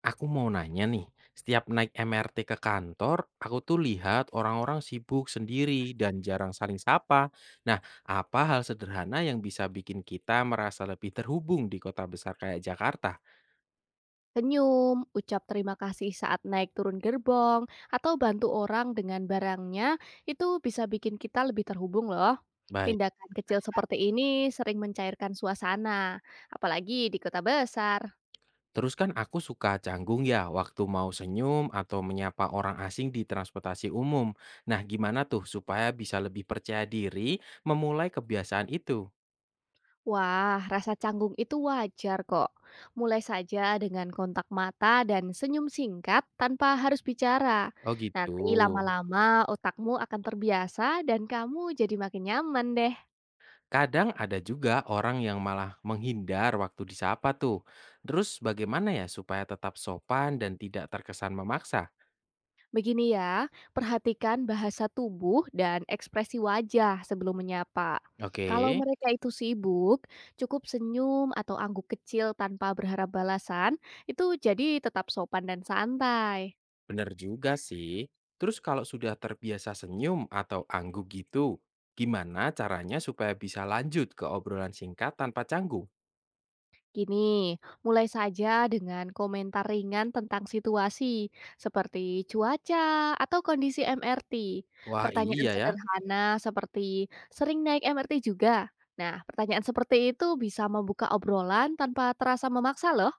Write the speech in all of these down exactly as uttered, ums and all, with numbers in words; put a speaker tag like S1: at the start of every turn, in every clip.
S1: Aku mau nanya nih, setiap naik M R T ke kantor, aku tuh lihat orang-orang sibuk sendiri dan jarang saling sapa. Nah, apa hal sederhana yang bisa bikin kita merasa lebih terhubung di kota besar kayak Jakarta?
S2: Senyum, ucap terima kasih saat naik turun gerbong, atau bantu orang dengan barangnya, itu bisa bikin kita lebih terhubung loh.
S1: Baik,
S2: Tindakan kecil seperti ini sering mencairkan suasana, apalagi di kota besar.
S1: terus kan aku suka canggung ya waktu mau senyum atau menyapa orang asing di transportasi umum. Nah, gimana tuh supaya bisa lebih percaya diri memulai kebiasaan itu?
S2: Wah, rasa canggung itu wajar kok. Mulai saja dengan kontak mata dan senyum singkat tanpa harus bicara.
S1: Oh gitu.
S2: Nanti lama-lama otakmu akan terbiasa dan kamu jadi makin nyaman deh.
S1: Kadang ada juga orang yang malah menghindar waktu disapa tuh. Terus bagaimana ya supaya tetap sopan dan tidak terkesan memaksa?
S2: Begini ya, perhatikan bahasa tubuh dan ekspresi wajah sebelum menyapa.
S1: Oke,
S2: Kalau mereka itu sibuk, cukup senyum atau angguk kecil tanpa berharap balasan, itu jadi tetap sopan dan santai.
S1: bener juga sih. Terus kalau sudah terbiasa senyum atau angguk gitu, gimana caranya supaya bisa lanjut ke obrolan singkat tanpa canggung?
S2: Gini, mulai saja dengan komentar ringan tentang situasi, seperti cuaca atau kondisi M R T.
S1: Wah
S2: Pertanyaan
S1: iya ya.
S2: sederhana seperti, sering naik M R T juga? Nah, pertanyaan seperti itu bisa membuka obrolan tanpa terasa memaksa loh.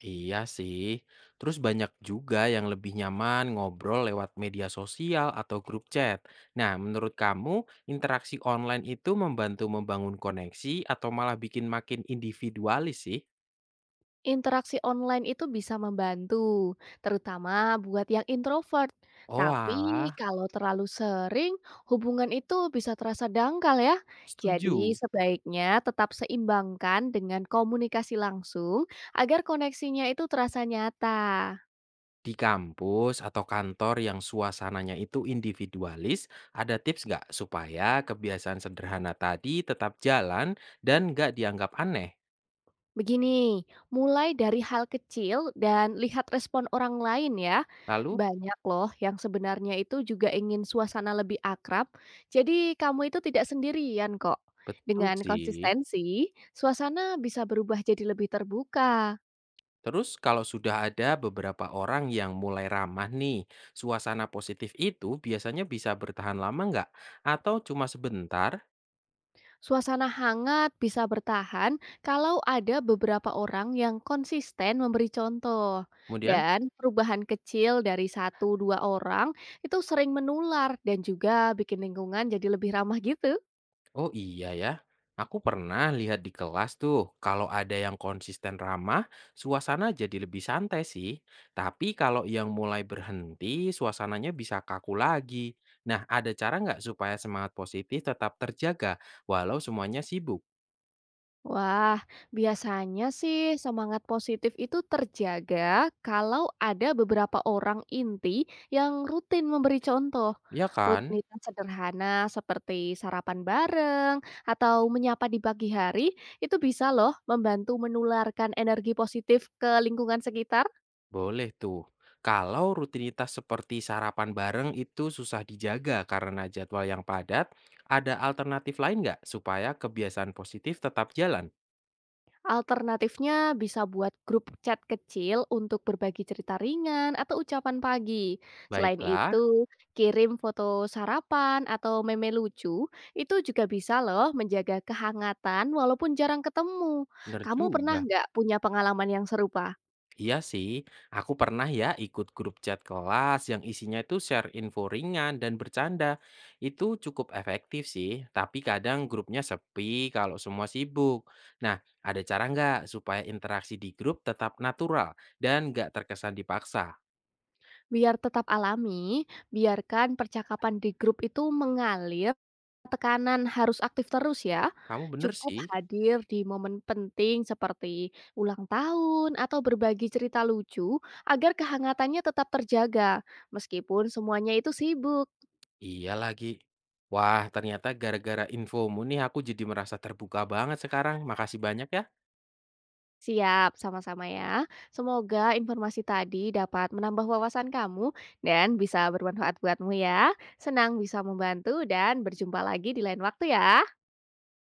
S1: Iya sih, terus banyak juga yang lebih nyaman ngobrol lewat media sosial atau grup chat. Nah, menurut kamu, interaksi online itu membantu membangun koneksi atau malah bikin makin individualis sih?
S2: Interaksi online itu bisa membantu, terutama buat yang introvert.
S1: Oh
S2: Tapi
S1: alah,
S2: kalau terlalu sering, hubungan itu bisa terasa dangkal ya. Jadi
S1: setuju.
S2: sebaiknya tetap seimbangkan dengan komunikasi langsung agar koneksinya itu terasa nyata.
S1: Di kampus atau kantor yang suasananya itu individualis, ada tips nggak supaya kebiasaan sederhana tadi tetap jalan dan nggak dianggap aneh?
S2: Begini, mulai dari hal kecil dan lihat respon orang lain ya.
S1: Lalu,
S2: Banyak loh yang sebenarnya itu juga ingin suasana lebih akrab. Jadi kamu itu tidak sendirian kok.
S1: betul
S2: Dengan
S1: sih.
S2: konsistensi, suasana bisa berubah jadi lebih terbuka.
S1: Terus kalau sudah ada beberapa orang yang mulai ramah nih, suasana positif itu biasanya bisa bertahan lama nggak? Atau cuma sebentar,
S2: Suasana hangat bisa bertahan kalau ada beberapa orang yang konsisten memberi contoh.
S1: kemudian,
S2: Dan perubahan kecil dari satu dua orang itu sering menular dan juga bikin lingkungan jadi lebih ramah gitu.
S1: oh iya ya, aku pernah lihat di kelas tuh, kalau ada yang konsisten ramah, suasana jadi lebih santai sih. Tapi kalau yang mulai berhenti, suasananya bisa kaku lagi. Nah, ada cara nggak supaya semangat positif tetap terjaga, walau semuanya sibuk?
S2: Wah, biasanya sih semangat positif itu terjaga kalau ada beberapa orang inti yang rutin memberi contoh.
S1: Ya kan?
S2: Rutinitas sederhana seperti sarapan bareng atau menyapa di pagi hari itu bisa loh membantu menularkan energi positif ke lingkungan sekitar.
S1: Boleh tuh. Kalau rutinitas seperti sarapan bareng itu susah dijaga karena jadwal yang padat, ada alternatif lain nggak supaya kebiasaan positif tetap jalan?
S2: Alternatifnya bisa buat grup chat kecil untuk berbagi cerita ringan atau ucapan pagi. Selain
S1: Baiklah,
S2: itu, kirim foto sarapan atau meme lucu, itu juga bisa loh menjaga kehangatan walaupun jarang ketemu.
S1: bener
S2: Kamu pernah
S1: juga.
S2: nggak punya pengalaman yang serupa?
S1: Iya sih, aku pernah ya ikut grup chat kelas yang isinya itu share info ringan dan bercanda. Itu cukup efektif sih, tapi kadang grupnya sepi kalau semua sibuk. Nah, ada cara nggak supaya interaksi di grup tetap natural dan nggak terkesan dipaksa?
S2: Biar tetap alami, biarkan percakapan di grup itu mengalir, tekanan harus aktif terus ya.
S1: Kamu bener
S2: Cukup
S1: sih,
S2: hadir di momen penting seperti ulang tahun atau berbagi cerita lucu agar kehangatannya tetap terjaga meskipun semuanya itu sibuk.
S1: iya lagi. Wah, ternyata gara-gara infomu nih aku jadi merasa terbuka banget sekarang. Makasih banyak ya.
S2: Siap, sama-sama ya. Semoga informasi tadi dapat menambah wawasan kamu dan bisa bermanfaat buatmu ya. Senang bisa membantu dan berjumpa lagi di lain waktu ya.